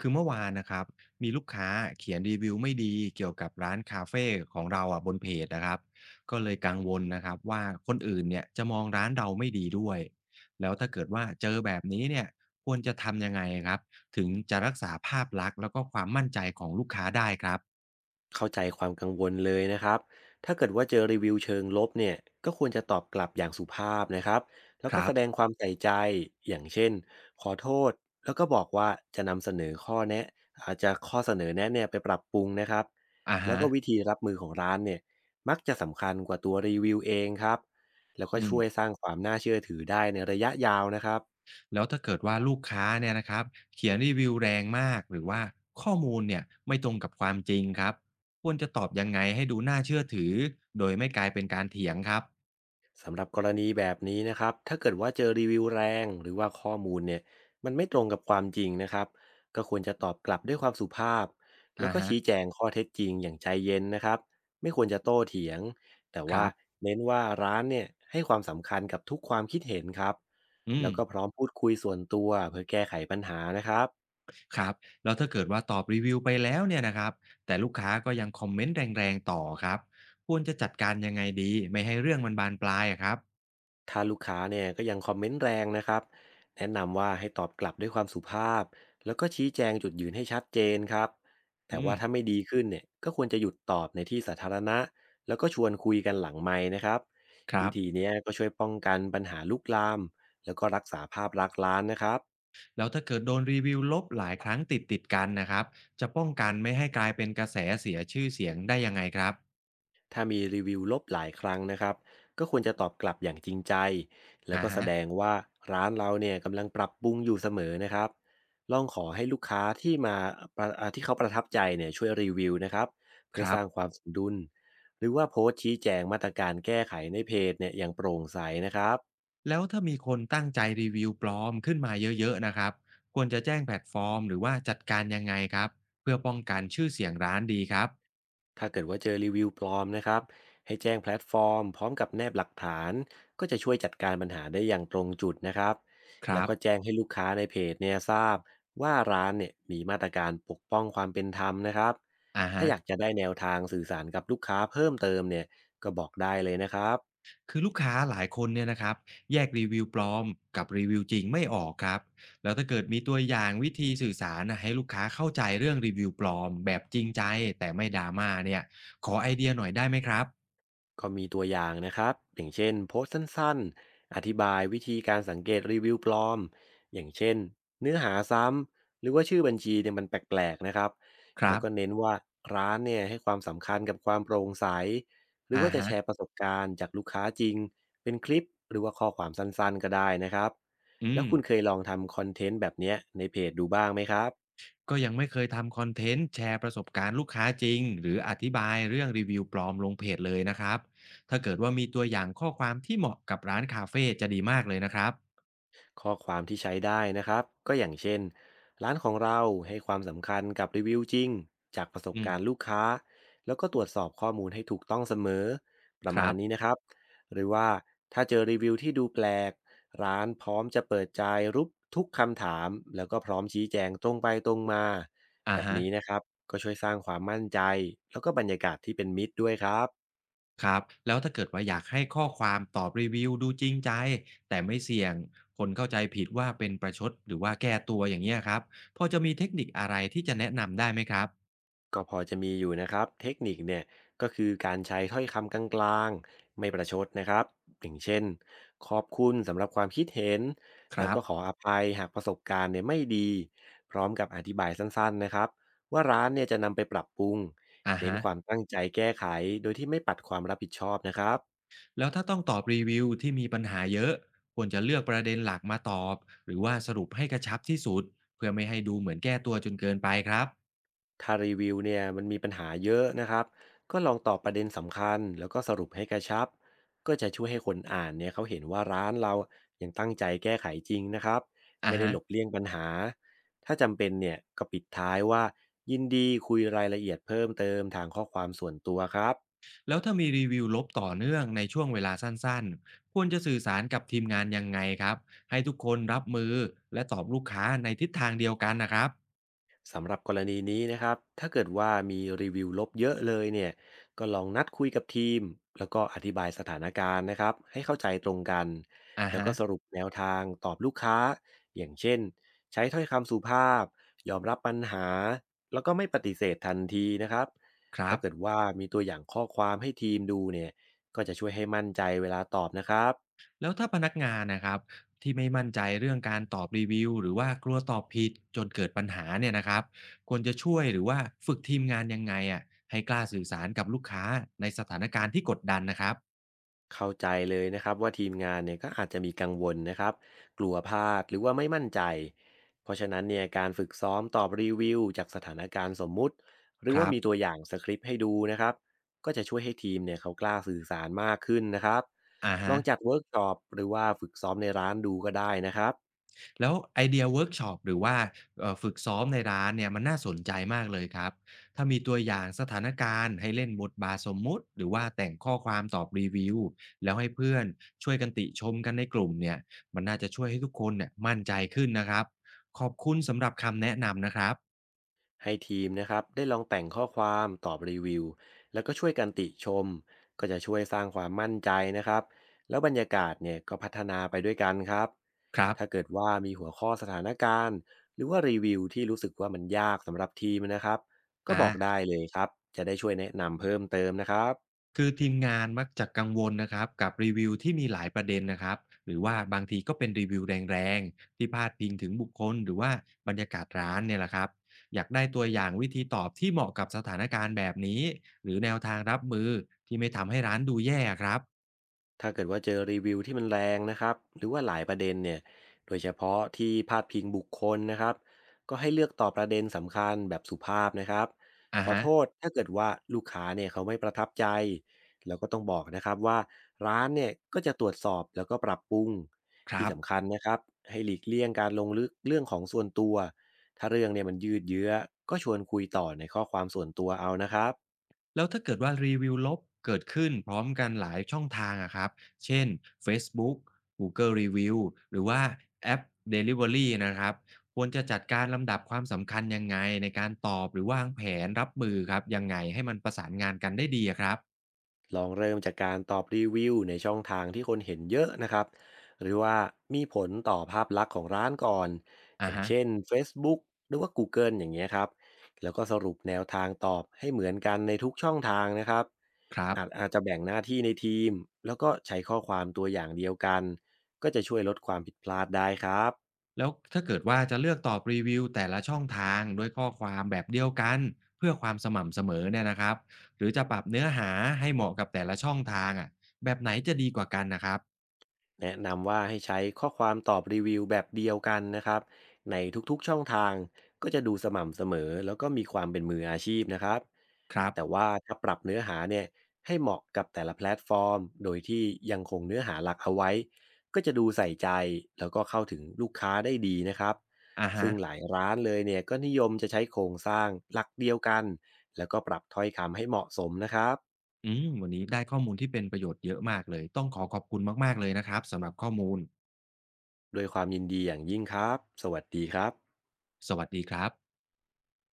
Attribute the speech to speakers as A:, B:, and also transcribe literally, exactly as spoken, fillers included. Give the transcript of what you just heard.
A: คือเมื่อวานนะครับมีลูกค้าเขียนรีวิวไม่ดีเกี่ยวกับร้านคาเฟ่ของเราอ่ะบนเพจนะครับก็เลยกังวลนะครับว่าคนอื่นเนี่ยจะมองร้านเราไม่ดีด้วยแล้วถ้าเกิดว่าเจอแบบนี้เนี่ยควรจะทำยังไงครับถึงจะรักษาภาพลักษณ์แล้วก็ความมั่นใจของลูกค้าได้ครับ
B: เข้าใจความกังวลเลยนะครับถ้าเกิดว่าเจอรีวิวเชิงลบเนี่ยก็ควรจะตอบกลับอย่างสุภาพนะครับแล้ว
A: ค
B: ก็
A: รั
B: แสดง
A: บ
B: ความใส่ใจ อย่างเช่น ขอโทษ แล้วก็บอกว่าจะนำเสนอข้อแนะอาจจะข้อเสนอแนะเนี่ยไปปรับปรุงนะครับ
A: อ่า
B: แล้ว
A: ฮะ
B: ก็วิธีรับมือของร้านเนี่ยมักจะสำคัญกว่าตัวรีวิวเองครับแล้วก็
A: อื
B: ช่วย
A: ม
B: สร้างความน่าเชื่อถือได้ในระยะยาวนะครับ
A: แล้วถ้าเกิดว่าลูกค้าเนี่ยนะครับเขียนรีวิวแรงมากหรือว่าข้อมูลเนี่ยไม่ตรงกับความจริงครับควรจะตอบยังไงให้ดูน่าเชื่อถือโดยไม่กลายเป็นการเถียงครับ
B: สำหรับกรณีแบบนี้นะครับถ้าเกิดว่าเจอรีวิวแรงหรือว่าข้อมูลเนี่ยมันไม่ตรงกับความจริงนะครับก็ควรจะตอบกลับด้วยความสุภาพแล้
A: อ่า
B: วก็
A: ฮะ
B: ชี้แจงข้อเท็จจริงอย่างใจเย็นนะครับไม่ควรจะโต้เถียงแต่
A: ค
B: ว่า
A: รับ
B: เน้นว่าร้านเนี่ยให้ความสำคัญกับทุกความคิดเห็นครับ
A: อื
B: แล้
A: ม
B: วก็พร้อมพูดคุยส่วนตัวเพื่อแก้ไขปัญหานะครับ
A: ครับแล้วถ้าเกิดว่าตอบรีวิวไปแล้วเนี่ยนะครับแต่ลูกค้าก็ยังคอมเมนต์แรงๆต่อครับควรจะจัดการยังไงดีไม่ให้เรื่องมันบานปลายอะครับ
B: ถ้าลูกค้าเนี่ยก็ยังคอมเมนต์แรงนะครับแนะนำว่าให้ตอบกลับด้วยความสุภาพแล้วก็ชี้แจงจุดยืนให้ชัดเจนครับแต่
A: อืม
B: ว่าถ้าไม่ดีขึ้นเนี่ยก็ควรจะหยุดตอบในที่สาธารณะแล้วก็ชวนคุยกันหลังไม้นะครับ
A: ครั
B: วิ
A: บ
B: ธีเนี้ยก็ช่วยป้องกันปัญหาลุกลามแล้วก็รักษาภาพลักษณ์ร้านนะครับ
A: แล้วถ้าเกิดโดนรีวิวลบหลายครั้งติดติดกันนะครับจะป้องกันไม่ให้กลายเป็นกระแสเสียชื่อเสียงได้ยังไงครับ
B: ถ้ามีรีวิวลบหลายครั้งนะครับก็ควรจะตอบกลับอย่างจริงใจแล้ว
A: อะ
B: ก็แส
A: ฮะ
B: ดงว่าร้านเราเนี่ยกำลังปรับปรุงอยู่เสมอนะครับลองขอให้ลูกค้าที่มาประอ่าที่เขาประทับใจเนี่ยช่วยรีวิวนะครับเพื่
A: ค
B: อส
A: รับ
B: ร้างความสมดุลหรือว่าโพสต์ชี้แจงมาตรการแก้ไขในเพจเนี่ยอย่างโปร่งใสนะครับ
A: แล้วถ้ามีคนตั้งใจรีวิวปลอมขึ้นมาเยอะๆนะครับควรจะแจ้งแพลตฟอร์มหรือว่าจัดการยังไงครับเพื่อป้องกันชื่อเสียงร้านดีครับ
B: ถ้าเกิดว่าเจอรีวิวปลอมนะครับให้แจ้งแพลตฟอร์มพร้อมกับแนบหลักฐานก็จะช่วยจัดการปัญหาได้อย่างตรงจุดนะครับ
A: ค
B: แล้
A: รั
B: ว
A: บ
B: ก็แจ้งให้ลูกค้าในเพจเนี่ยทราบว่าร้านเนี่ยมีมาตรการปกป้องความเป็นธรรมนะครับ
A: อะ
B: ถ้า
A: ฮะ
B: อยากจะได้แนวทางสื่อสารกับลูกค้าเพิ่มเติมเนี่ยก็บอกได้เลยนะครับ
A: คือลูกค้าหลายคนเนี่ยนะครับแยกรีวิวปลอมกับรีวิวจริงไม่ออกครับแล้วถ้าเกิดมีตัวอย่างวิธีสื่อสารน่ะให้ลูกค้าเข้าใจเรื่องรีวิวปลอมแบบจริงใจแต่ไม่ดราม่าเนี่ยขอไอเดียหน่อยได้ไหมครับ
B: ก็มีตัวอย่างนะครับอย่างเช่นโพสต์สั้นๆอธิบายวิธีการสังเกตรีวิวปลอมอย่างเช่นเนื้อหาซ้ำหรือว่าชื่อบัญชีเนี่ยมันแปลกๆนะครับ
A: ค
B: แล้
A: รั
B: วก็
A: บ
B: เน้นว่าร้านเนี่ยให้ความสำคัญกับความโปร่งใสหรือ
A: อะ
B: ว่าจะ
A: ฮะ
B: แชร์ประสบการณ์จากลูกค้าจริงเป็นคลิปหรือว่าข้อความสั้นๆก็ได้นะครับ
A: อื
B: แล้ว
A: ม
B: คุณเคยลองทำคอนเทนต์แบบเนี้ยในเพจดูบ้างไหมครับ
A: ก็ยังไม่เคยทำคอนเทนต์แชร์ประสบการณ์ลูกค้าจริงหรืออธิบายเรื่องรีวิวปลอมลงเพจเลยนะครับถ้าเกิดว่ามีตัวอย่างข้อความที่เหมาะกับร้านคาเฟ่จะดีมากเลยนะครับ
B: ข้อความที่ใช้ได้นะครับก็อย่างเช่นร้านของเราให้ความสำคัญกับรีวิวจริงจากประสบ
A: อื
B: การณ์ลู
A: ม
B: กค้าแล้วก็ตรวจสอบข้อมูลให้ถูกต้องเสมอประ
A: ค
B: มา
A: รั
B: ณ
A: บ
B: นี้นะครับหรือว่าถ้าเจอรีวิวที่ดูแปลกร้านพร้อมจะเปิดใจรูปทุกคำถามแล้วก็พร้อมชี้แจงตรงไปตรงมา
A: อ่า
B: แบบ
A: ฮะ
B: นี้นะครับก็ช่วยสร้างความมั่นใจแล้วก็บรรยากาศที่เป็นมิตรด้วยครับ
A: ครับแล้วถ้าเกิดว่าอยากให้ข้อความตอบรีวิวดูจริงใจแต่ไม่เสี่ยงคนเข้าใจผิดว่าเป็นประชดหรือว่าแก้ตัวอย่างเงี้ยครับพอจะมีเทคนิคอะไรที่จะแนะนำได้ไหมครับ
B: ก็พอจะมีอยู่นะครับเทคนิคเนี่ยก็คือการใช้ถ้อยคำกลางๆไม่ประชดนะครับอย่างเช่นขอบคุณสำหรับความคิดเห็น
A: ค
B: แล้ว
A: รั
B: ก็
A: บ
B: ขออภัยหากประสบการณ์เนี่ยไม่ดีพร้อมกับอธิบายสั้นๆนะครับว่าร้านเนี่ยจะนำไปปรับปรุง
A: อ่า
B: เน้น
A: ฮะ
B: ความตั้งใจแก้ไขโดยที่ไม่ปัดความรับผิดชอบนะครับ
A: แล้วถ้าต้องตอบรีวิวที่มีปัญหาเยอะควรจะเลือกประเด็นหลักมาตอบหรือว่าสรุปให้กระชับที่สุดเพื่อไม่ให้ดูเหมือนแก้ตัวจนเกินไปครับ
B: ถ้ารีวิวเนี่ยมันมีปัญหาเยอะนะครับก็ลองตอบประเด็นสำคัญแล้วก็สรุปให้กระชับก็จะช่วยให้คนอ่านเนี่ยเขาเห็นว่าร้านเรายังตั้งใจแก้ไขจริงนะครับ
A: อ่ะ
B: ไม่ได้
A: ฮะ
B: หลบเลี่ยงปัญหาถ้าจำเป็นเนี่ยก็ปิดท้ายว่ายินดีคุยรายละเอียดเพิ่มเติมทางข้อความส่วนตัวครับ
A: แล้วถ้ามีรีวิวลบต่อเนื่องในช่วงเวลาสั้นๆควรจะสื่อสารกับทีมงานยังไงครับให้ทุกคนรับมือและตอบลูกค้าในทิศทางเดียวกันนะครับ
B: สำหรับกรณีนี้นะครับถ้าเกิดว่ามีรีวิวลบเยอะเลยเนี่ยก็ลองนัดคุยกับทีมแล้วก็อธิบายสถานการณ์นะครับให้เข้าใจตรงกัน
A: อ่ะ
B: แล้ว
A: ฮะ
B: ก็สรุปแนวทางตอบลูกค้า อย่างเช่นใช้ถ้อยคำสุภาพยอมรับปัญหาแล้วก็ไม่ปฏิเสธทันทีนะครับ
A: ครั
B: ถ้า
A: บ
B: เกิดว่ามีตัวอย่างข้อความให้ทีมดูเนี่ยก็จะช่วยให้มั่นใจเวลาตอบนะครับ
A: แล้วถ้าพนักงานนะครับที่ไม่มั่นใจเรื่องการตอบรีวิวหรือว่ากลัวตอบผิดจนเกิดปัญหาเนี่ยนะครับควรจะช่วยหรือว่าฝึกทีมงานยังไงอ่ะให้กล้าสื่อสารกับลูกค้าในสถานการณ์ที่กดดันนะครับ
B: เข้าใจเลยนะครับว่าทีมงานเนี่ยก็อาจจะมีกังวลนะครับกลัวพลาดหรือว่าไม่มั่นใจเพราะฉะนั้นเนี่ยการฝึกซ้อมตอบรีวิวจากสถานการณ์สมมุติหรือ
A: ค
B: ว่า
A: รับ
B: มีตัวอย่างสคริปต์ให้ดูนะครับก็จะช่วยให้ทีมเนี่ยเขากล้าสื่อสารมากขึ้นนะครับ
A: อ่า
B: ล
A: ฮะ
B: องจัดเวิร์กช็อปหรือว่าฝึกซ้อมในร้านดูก็ได้นะครับ
A: แล้วไอเดียเวิร์กช็อปหรือว่าเอ่อฝึกซ้อมในร้านเนี่ยมันน่าสนใจมากเลยครับถ้ามีตัวอย่างสถานการณ์ให้เล่นบทบาทสมมุติหรือว่าแต่งข้อความตอบรีวิวแล้วให้เพื่อนช่วยกันติชมกันในกลุ่มเนี่ยมันน่าจะช่วยให้ทุกคนเนี่ยมั่นใจขึ้นนะครับขอบคุณสำหรับคำแนะนำนะครับ
B: ให้ทีมนะครับได้ลองแต่งข้อความตอบรีวิวแล้วก็ช่วยกันติชมก็จะช่วยสร้างความมั่นใจนะครับแล้วบรรยากาศเนี่ยก็พัฒนาไปด้วยกันครับ
A: ครับ
B: ถ้าเกิดว่ามีหัวข้อสถานการณ์หรือว่ารีวิวที่รู้สึกว่ามันยากสำหรับทีมนะครับก็
A: อา
B: บอกได้เลยครับจะได้ช่วยแนะนำเพิ่มเติมนะครับ
A: คือทีมงานมักจะกังวลนะครับกับรีวิวที่มีหลายประเด็นนะครับหรือว่าบางทีก็เป็นรีวิวแรงๆที่พาดพิงถึงบุคคลหรือว่าบรรยากาศร้านเนี่ยแหละครับอยากได้ตัวอย่างวิธีตอบที่เหมาะกับสถานการณ์แบบนี้หรือแนวทางรับมือที่ไม่ทำให้ร้านดูแย่ครับ
B: ถ้าเกิดว่าเจอรีวิวที่มันแรงนะครับหรือว่าหลายประเด็นเนี่ยโดยเฉพาะที่พาดพิงบุคคลนะครับก็ให้เลือกตอบประเด็นสำคัญแบบสุภาพนะครับ
A: อ่ะ
B: ขอ
A: ฮะ
B: โทษถ้าเกิดว่าลูกค้าเนี่ยเขาไม่ประทับใจแล้วก็ต้องบอกนะครับว่าร้านเนี่ยก็จะตรวจสอบแล้วก็ปรับปรุง
A: ค
B: ที่
A: รับ
B: สำคัญนะครับให้หลีกเลี่ยงการลงลึกเรื่องของส่วนตัวถ้าเรื่องเนี่ยมันยืดเยื้อก็ชวนคุยต่อในข้อความส่วนตัวเอานะครับ
A: แล้วถ้าเกิดว่ารีวิวลบเกิดขึ้นพร้อมกันหลายช่องทางอะครับเช่น เฟซบุ๊ก กูเกิล รีวิว หรือว่าแอป ดิลิเวอรี นะครับควรจะจัดการลำดับความสำคัญยังไงในการตอบหรือวางแผนรับมือครับยังไงให้มันประสานงานกันได้ดีอะครับ
B: ลองเริ่มจากการตอบรีวิวในช่องทางที่คนเห็นเยอะนะครับหรือว่ามีผลต่อภาพลักษณ์ของร้านก่อนอ
A: อะ
B: ย่าง
A: ฮะ
B: เช่น เฟซบุ๊ก หรือว่า กูเกิล อย่างเงี้ยครับแล้วก็สรุปแนวทางตอบให้เหมือนกันในทุกช่องทางนะครับ
A: ครับ
B: อาจอาจจะแบ่งหน้าที่ในทีมแล้วก็ใช้ข้อความตัวอย่างเดียวกันก็จะช่วยลดความผิดพลาดได้ครับ
A: แล้วถ้าเกิดว่าจะเลือกตอบรีวิวแต่ละช่องทางด้วยข้อความแบบเดียวกันเพื่อความสม่ำเสมอเนี่ยนะครับหรือจะปรับเนื้อหาให้เหมาะกับแต่ละช่องทางอะแบบไหนจะดีกว่ากันนะครับ
B: แนะนำว่าให้ใช้ข้อความตอบรีวิวแบบเดียวกันนะครับในทุกๆช่องทางก็จะดูสม่ำเสมอแล้วก็มีความเป็นมืออาชีพนะครับ
A: ครับ
B: แต่ว่าถ้าปรับเนื้อหาเนี่ยให้เหมาะกับแต่ละแพลตฟอร์มโดยที่ยังคงเนื้อหาหลักเอาไว้ก็จะดูใส่ใจแล้วก็เข้าถึงลูกค้าได้ดีนะครับ
A: อะฮะ
B: ซึ่งหลายร้านเลยเนี่ยก็นิยมจะใช้โครงสร้างหลักเดียวกันแล้วก็ปรับถ้อยคำให้เหมาะสมนะครับ
A: อืมวันนี้ได้ข้อมูลที่เป็นประโยชน์เยอะมากเลย ต้องขอขอบคุณมากๆเลยนะครับสำหรับข้อมูล
B: โดวยความยินดีอย่างยิ่งครับสวัสดีครับ
A: สวัสดีครับ